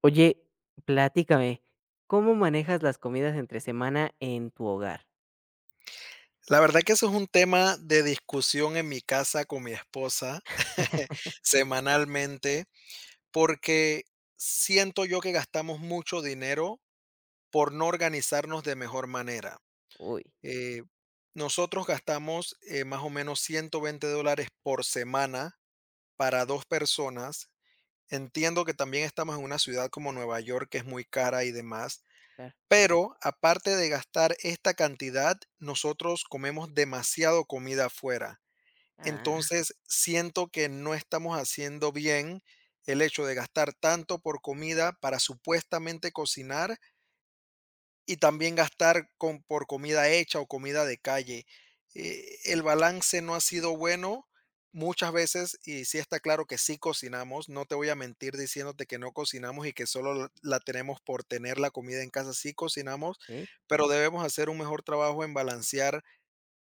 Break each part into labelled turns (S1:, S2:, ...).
S1: Oye, platícame, ¿cómo manejas las comidas entre semana en tu hogar?
S2: La verdad que eso es un tema de discusión en mi casa con mi esposa semanalmente, porque siento yo que gastamos mucho dinero por no organizarnos de mejor manera.
S1: Uy,
S2: Eh, Nosotros gastamos más o menos $120 por semana para dos personas. Entiendo que también estamos en una ciudad como Nueva York, que es muy cara y demás.
S1: claro.
S2: Pero aparte de gastar esta cantidad, nosotros comemos demasiado comida afuera.
S1: Ah,
S2: Entonces, siento que no estamos haciendo bien el hecho de gastar tanto por comida para supuestamente cocinar y también gastar con por comida hecha o comida de calle. El balance no ha sido bueno muchas veces, y sí está claro que sí cocinamos, no te voy a mentir diciéndote que no cocinamos y que solo la tenemos por tener la comida en casa, sí cocinamos,
S1: okey.
S2: pero debemos hacer un mejor trabajo en balancear,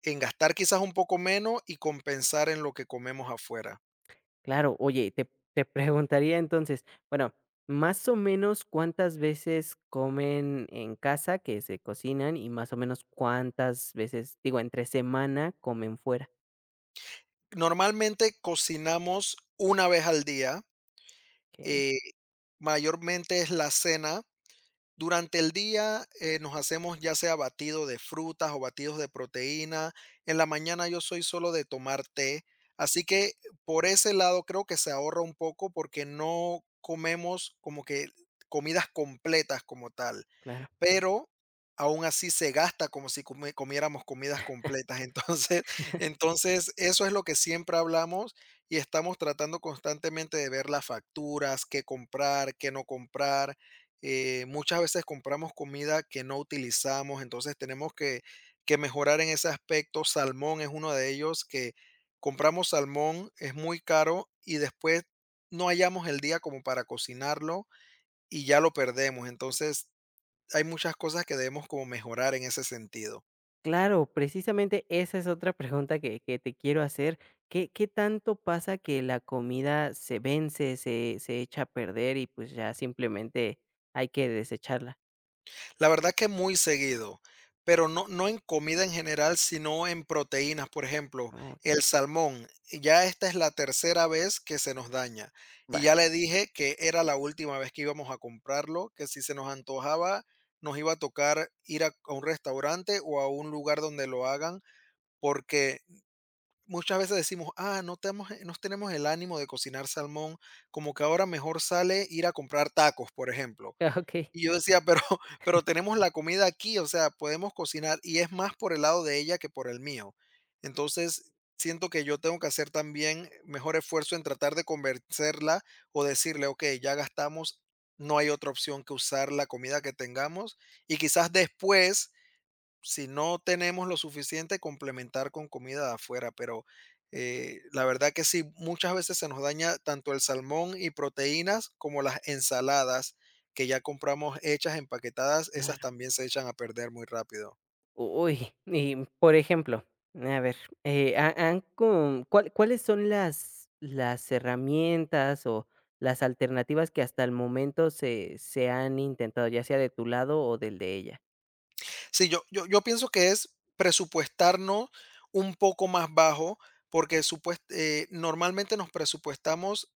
S2: en gastar quizás un poco menos y compensar en lo que comemos afuera.
S1: Claro, oye, te preguntaría entonces, bueno, más o menos, ¿cuántas veces comen en casa que se cocinan? Y más o menos, ¿cuántas veces, digo, entre semana comen fuera?
S2: Normalmente cocinamos una vez al día,
S1: Okey,
S2: eh, mayormente es la cena. Durante el día nos hacemos ya sea batido de frutas o batidos de proteína. En la mañana yo soy solo de tomar té. Así que por ese lado creo que se ahorra un poco porque no comemos como que comidas completas como tal.
S1: claro.
S2: Pero aún así se gasta como si come comiéramos comidas completas. Entonces, eso es lo que siempre hablamos y estamos tratando constantemente de ver las facturas, qué comprar, qué no comprar. Muchas veces compramos comida que no utilizamos, entonces tenemos que mejorar en ese aspecto. Salmón es uno de ellos, que compramos salmón, es muy caro y después no hallamos el día como para cocinarlo y ya lo perdemos. Entonces, hay muchas cosas que debemos como mejorar en ese sentido.
S1: Claro, precisamente esa es otra pregunta que te quiero hacer. ¿Qué tanto pasa que la comida se vence, se echa a perder y pues ya simplemente hay que desecharla?
S2: La verdad que muy seguido, pero no en comida en general, sino en proteínas, por ejemplo,
S1: Ah, ok,
S2: el salmón. Ya esta es la tercera vez que se nos daña, y ya
S1: vale,
S2: le dije que era la última vez que íbamos a comprarlo, que si se nos antojaba, nos iba a tocar ir a un restaurante o a un lugar donde lo hagan, porque muchas veces decimos, ah, no tenemos el ánimo de cocinar salmón, como que ahora mejor sale ir a comprar tacos, por ejemplo.
S1: ok,
S2: Y yo decía, pero, pero tenemos la comida aquí, o sea, podemos cocinar, y es más por el lado de ella que por el mío. Entonces, siento que yo tengo que hacer también mejor esfuerzo en tratar de convencerla o decirle: "Ok, ya gastamos, no hay otra opción que usar la comida que tengamos y quizás después, si no tenemos lo suficiente, complementar con comida de afuera". Pero, la verdad que sí, muchas veces se nos daña tanto el salmón y proteínas como las ensaladas, que ya compramos hechas, empaquetadas; esas
S1: claro.
S2: también se echan a perder muy rápido.
S1: Uy, y por ejemplo, a ver, ¿cuáles son las herramientas o las alternativas que hasta el momento se han intentado, ya sea de tu lado o del de ella?
S2: Sí, yo pienso que es presupuestarnos un poco más bajo, porque supuest normalmente nos presupuestamos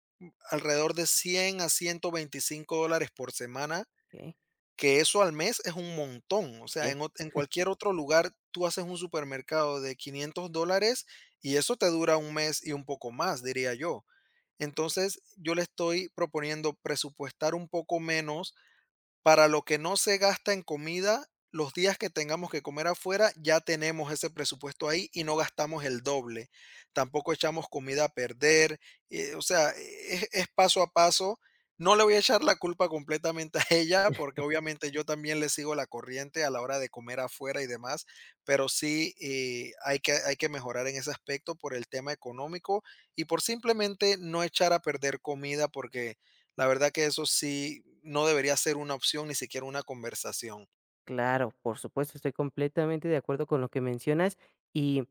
S2: alrededor de 100 a $125 por semana.
S1: Ok,
S2: Que eso al mes es un montón. O sea,
S1: sí.
S2: en ot en cualquier otro lugar, tú haces un supermercado de $500, y eso te dura un mes y un poco más, diría yo. Entonces, yo le estoy proponiendo presupuestar un poco menos, para lo que no se gasta en comida, los días que tengamos que comer afuera, ya tenemos ese presupuesto ahí y no gastamos el doble. Tampoco echamos comida a perder. O sea, es paso a paso. No le voy a echar la culpa completamente a ella, porque obviamente yo también le sigo la corriente a la hora de comer afuera y demás, pero sí, hay que mejorar en ese aspecto por el tema económico, y por simplemente no echar a perder comida, porque la verdad que eso sí no debería ser una opción, ni siquiera una conversación.
S1: Claro, por supuesto, estoy completamente de acuerdo con lo que mencionas y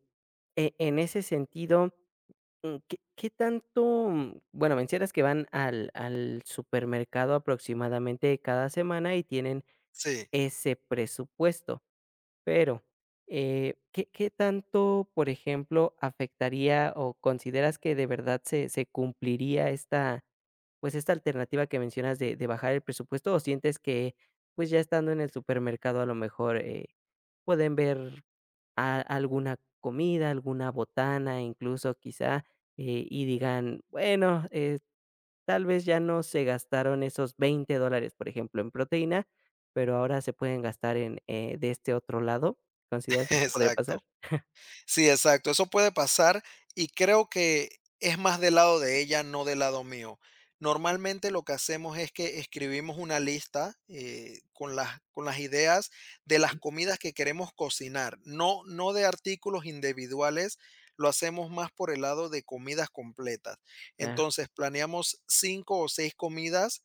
S1: en ese sentido, mm, qué tanto, mm, bueno, mencionas que van al supermercado aproximadamente cada semana y tienen
S2: Sí,
S1: ese presupuesto? Pero, qué tanto, por ejemplo, afectaría o consideras que de verdad se cumpliría esta, pues, esta alternativa que mencionas de bajar el presupuesto? ¿O sientes que, pues, ya estando en el supermercado, a lo mejor, pueden ver a alguna comida, alguna botana, incluso, quizá, y digan: "Bueno, tal vez ya no se gastaron esos $20, por ejemplo, en proteína, pero ahora se pueden gastar en, de este otro lado. ¿Consideras que eso podría pasar?
S2: exacto. Sí, exacto. Eso puede pasar, y creo que es más del lado de ella, no del lado mío. Normalmente lo que hacemos es que escribimos una lista, con las ideas de las comidas que queremos cocinar, no, no de artículos individuales. Lo hacemos más por el lado de comidas completas.
S1: Claro,
S2: Entonces planeamos cinco o seis comidas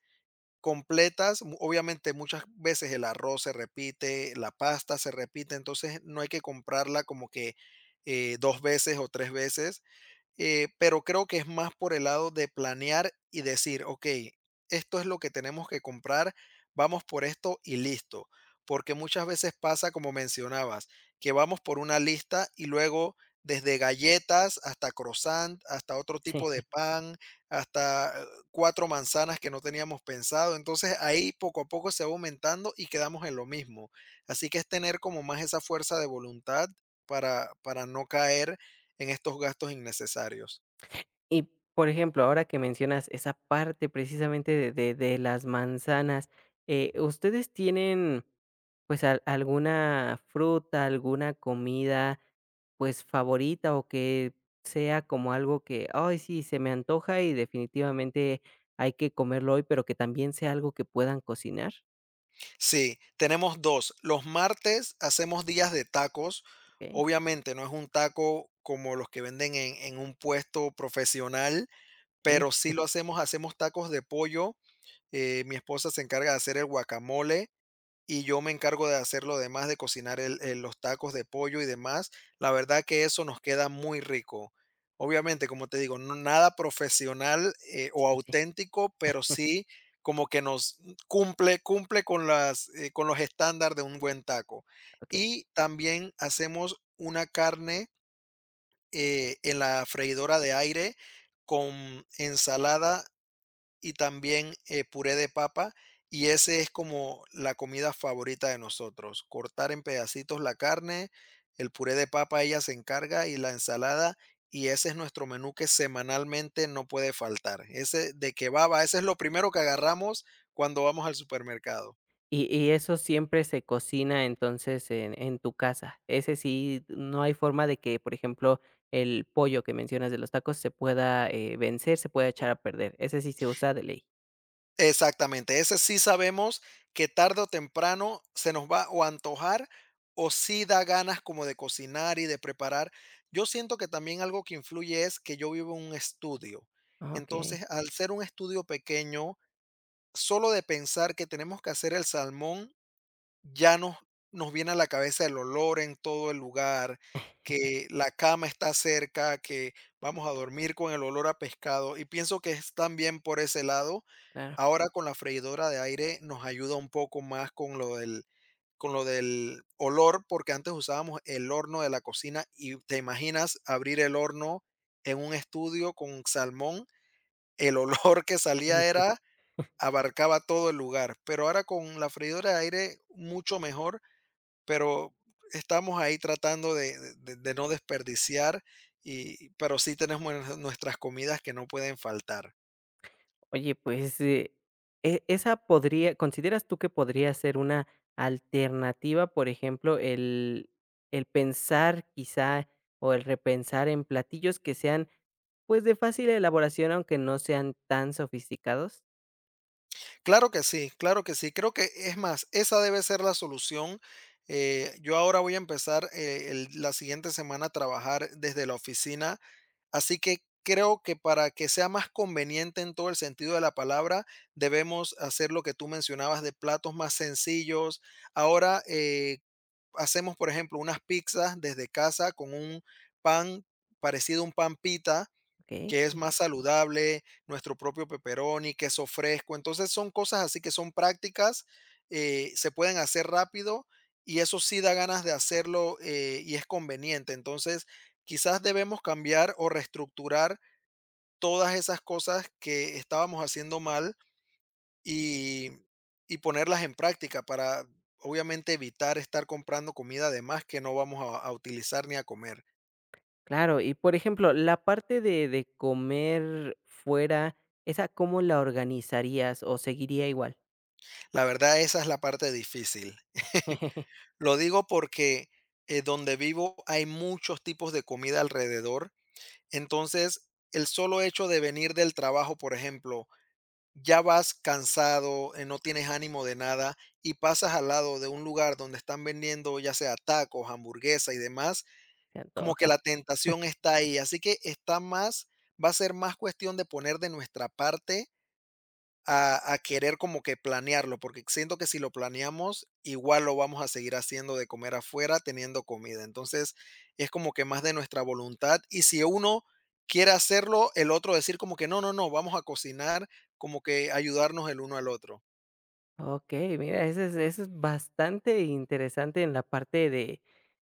S2: completas. Mu Obviamente, muchas veces el arroz se repite, la pasta se repite, entonces no hay que comprarla como que, dos veces o 3 veces. Pero creo que es más por el lado de planear y decir: "Ok, esto es lo que tenemos que comprar, vamos por esto y listo". Porque muchas veces pasa, como mencionabas, que vamos por una lista y luego, desde galletas hasta croissant, hasta otro tipo
S1: sí.
S2: de pan, hasta cuatro manzanas que no teníamos pensado. Entonces ahí poco a poco se va aumentando y quedamos en lo mismo. Así que es tener como más esa fuerza de voluntad, para no caer en estos gastos innecesarios.
S1: Y, por ejemplo, ahora que mencionas esa parte precisamente de las manzanas, ¿ustedes tienen pues, al alguna fruta, alguna comida, pues, favorita, o que sea como algo que, ay, sí, se me antoja y definitivamente hay que comerlo hoy, pero que también sea algo que puedan cocinar.
S2: Sí, tenemos dos. Los martes hacemos días de tacos.
S1: Okey,
S2: Obviamente no es un taco como los que venden en, un puesto profesional,
S1: okey,
S2: pero sí lo hacemos, hacemos tacos de pollo. Mi esposa se encarga de hacer el guacamole y yo me encargo de hacer lo demás, de cocinar el los tacos de pollo y demás. La verdad que eso nos queda muy rico. Obviamente, como te digo, no nada profesional,
S1: sí,
S2: o
S1: sí, sí,
S2: auténtico, pero sí como que nos cumple con con los estándares de un buen taco.
S1: ok.
S2: Y también hacemos una carne, en la freidora de aire con ensalada y también, puré de papa, y ese es como la comida favorita de nosotros: cortar en pedacitos la carne, el puré de papa ella se encarga y la ensalada. Y ese es nuestro menú que semanalmente no puede faltar. Ese, de que va, ese es lo primero que agarramos cuando vamos al supermercado.
S1: Y eso siempre se cocina, entonces, en tu casa. Ese sí, no hay forma de que, por ejemplo, el pollo que mencionas de los tacos se pueda, vencer, se pueda echar a perder. Ese sí se usa de ley.
S2: Exactamente, ese sí sabemos que tarde o temprano se nos va o a antojar, o sí da ganas como de cocinar y de preparar. Yo siento que también algo que influye es que yo vivo en un estudio.
S1: Okey,
S2: Entonces, al ser un estudio pequeño, solo de pensar que tenemos que hacer el salmón, ya nos viene a la cabeza el olor en todo el lugar, que la cama está cerca, que vamos a dormir con el olor a pescado, y pienso que es también por ese lado.
S1: claro.
S2: Ahora con la freidora de aire nos ayuda un poco más con lo del, olor, porque antes usábamos el horno de la cocina y te imaginas abrir el horno en un estudio con salmón, el olor que salía era, abarcaba todo el lugar, pero ahora con la freidora de aire mucho mejor. Pero estamos ahí tratando de no desperdiciar, y, pero sí tenemos nuestras comidas que no pueden faltar.
S1: Oye, pues, e esa podría, ¿consideras tú que podría ser una alternativa? Por ejemplo, el pensar quizá, o el repensar en platillos que sean, pues, de fácil elaboración, aunque no sean tan sofisticados.
S2: Claro que sí, claro que sí. Creo que es más, esa debe ser la solución. Yo ahora voy a empezar la siguiente semana a trabajar desde la oficina. Así que creo que para que sea más conveniente en todo el sentido de la palabra, debemos hacer lo que tú mencionabas de platos más sencillos. Ahora hacemos, por ejemplo, unas pizzas desde casa con un pan parecido a un pan pita,
S1: Okey,
S2: qué es más saludable, nuestro propio pepperoni, queso fresco. Entonces son cosas así que son prácticas, se pueden hacer rápido, y eso sí da ganas de hacerlo, y es conveniente. Entonces quizás debemos cambiar o reestructurar todas esas cosas que estábamos haciendo mal, y, y ponerlas en práctica para obviamente evitar estar comprando comida de más que no vamos a utilizar ni a comer.
S1: claro. Y, por ejemplo, la parte de comer fuera, ¿esa cómo la organizarías o seguiría igual?
S2: La verdad esa es la parte difícil. Lo digo porque, donde vivo hay muchos tipos de comida alrededor. Entonces, el solo hecho de venir del trabajo, por ejemplo, ya vas cansado, no tienes ánimo de nada y pasas al lado de un lugar donde están vendiendo, ya sea tacos, hamburguesa y demás,
S1: Se
S2: como que
S1: antoja.
S2: la tentación está ahí. Así que está más va a ser más cuestión de poner de nuestra parte, a querer como que planearlo, porque siento que si lo planeamos, igual lo vamos a seguir haciendo de comer afuera teniendo comida. Entonces, es como que más de nuestra voluntad. Y si uno quiere hacerlo, el otro decir como que no, no, no, vamos a cocinar, como que ayudarnos el uno al otro.
S1: Okey, mira, eso es bastante interesante en la parte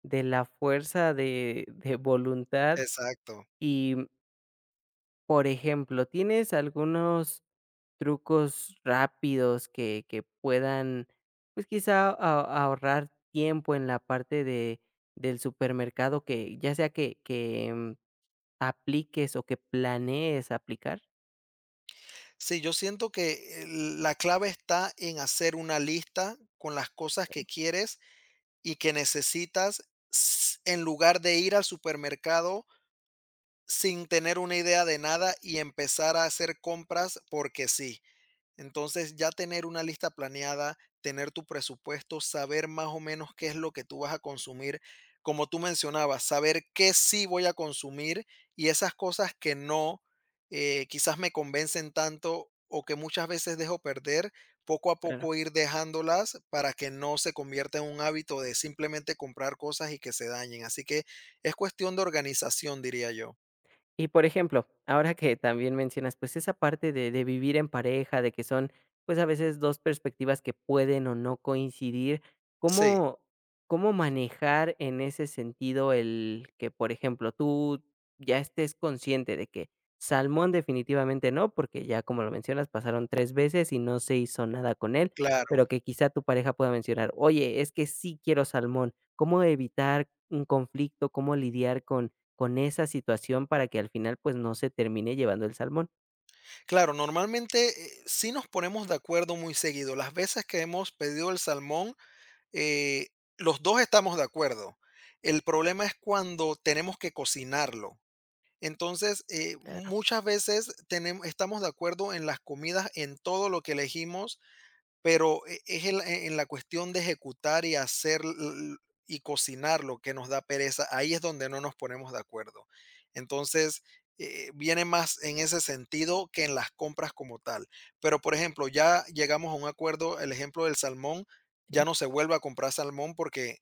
S1: de la fuerza de voluntad.
S2: Exacto.
S1: Y, mm, por ejemplo, ¿tienes algunos trucos rápidos que puedan, pues, quizá a ahorrar tiempo en la parte de del supermercado que ya sea que, mm, apliques o que planees aplicar?
S2: Sí, yo siento que la clave está en hacer una lista con las cosas que quieres y que necesitas, en lugar de ir al supermercado sin tener una idea de nada y empezar a hacer compras porque sí. Entonces ya tener una lista planeada, tener tu presupuesto, saber más o menos qué es lo que tú vas a consumir, como tú mencionabas, saber qué sí voy a consumir y esas cosas que no, quizás me convencen tanto o que muchas veces dejo perder, poco a
S1: Claro.
S2: poco ir dejándolas, para que no se convierta en un hábito de simplemente comprar cosas y que se dañen. Así que es cuestión de organización, diría yo.
S1: Y por ejemplo, ahora que también mencionas, pues esa parte de vivir en pareja, de que son pues a veces dos perspectivas que pueden o no coincidir,
S2: Sí,
S1: ¿cómo, cómo manejar en ese sentido el que, por ejemplo, tú ya estés consciente de que salmón definitivamente no, porque ya como lo mencionas, pasaron tres veces y no se hizo nada con él, pero
S2: claro.
S1: que quizá tu pareja pueda mencionar, oye, es que sí quiero salmón? ¿Cómo evitar un conflicto? ¿Cómo lidiar con esa situación para que al final, pues, no se termine llevando el salmón?
S2: Claro, normalmente, sí nos ponemos de acuerdo muy seguido. Las veces que hemos pedido el salmón, eh, los 2 estamos de acuerdo. El problema es cuando tenemos que cocinarlo. Entonces,
S1: Claro.
S2: muchas veces tenem estamos de acuerdo en las comidas, en todo lo que elegimos, pero es en la cuestión de ejecutar y hacer l y cocinar lo que nos da pereza; ahí es donde no nos ponemos de acuerdo. Entonces, viene más en ese sentido que en las compras como tal. Pero, por ejemplo, ya llegamos a un acuerdo: el ejemplo del salmón,
S1: ¿Sí?
S2: ya no se vuelve a comprar salmón, porque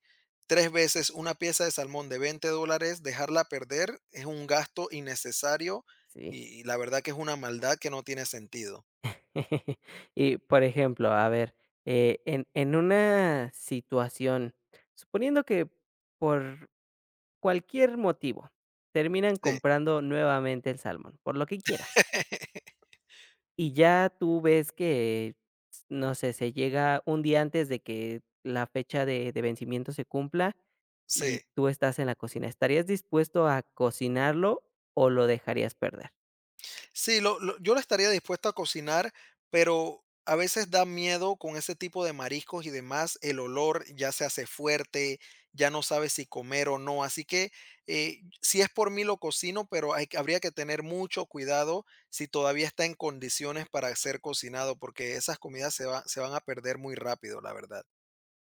S2: 3 veces una pieza de salmón de $20 dejarla perder es un gasto innecesario,
S1: Sí.
S2: y la verdad que es una maldad que no tiene sentido.
S1: Y, por ejemplo, a ver, en una situación, suponiendo que por cualquier motivo terminan
S2: Sí.
S1: comprando nuevamente el salmón, por lo que quieras. Y ya tú ves que, s no sé, se llega un día antes de que la fecha de vencimiento se cumpla y
S2: Sí.
S1: tú estás en la cocina. ¿Estarías dispuesto a cocinarlo o lo dejarías perder?
S2: Sí, lo yo lo estaría dispuesto a cocinar, pero a veces da miedo con ese tipo de mariscos y demás, el olor ya se hace fuerte, ya no sabes si comer o no, así que, si es por mí lo cocino, pero habría que tener mucho cuidado si todavía está en condiciones para ser cocinado, porque esas comidas se van a perder muy rápido, la verdad.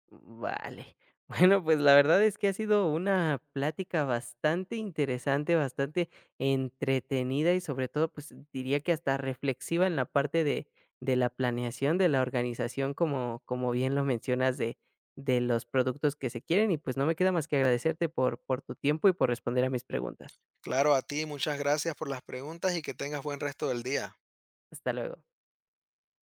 S1: Vale. Bueno, pues la verdad es que ha sido una plática bastante interesante, bastante entretenida y sobre todo, pues diría que hasta reflexiva en la parte de la planeación, de la organización, como, como bien lo mencionas, de los productos que se quieren. Y pues no me queda más que agradecerte por tu tiempo y por responder a mis preguntas.
S2: Claro, a ti, muchas gracias por las preguntas y que tengas buen resto del día.
S1: Hasta luego.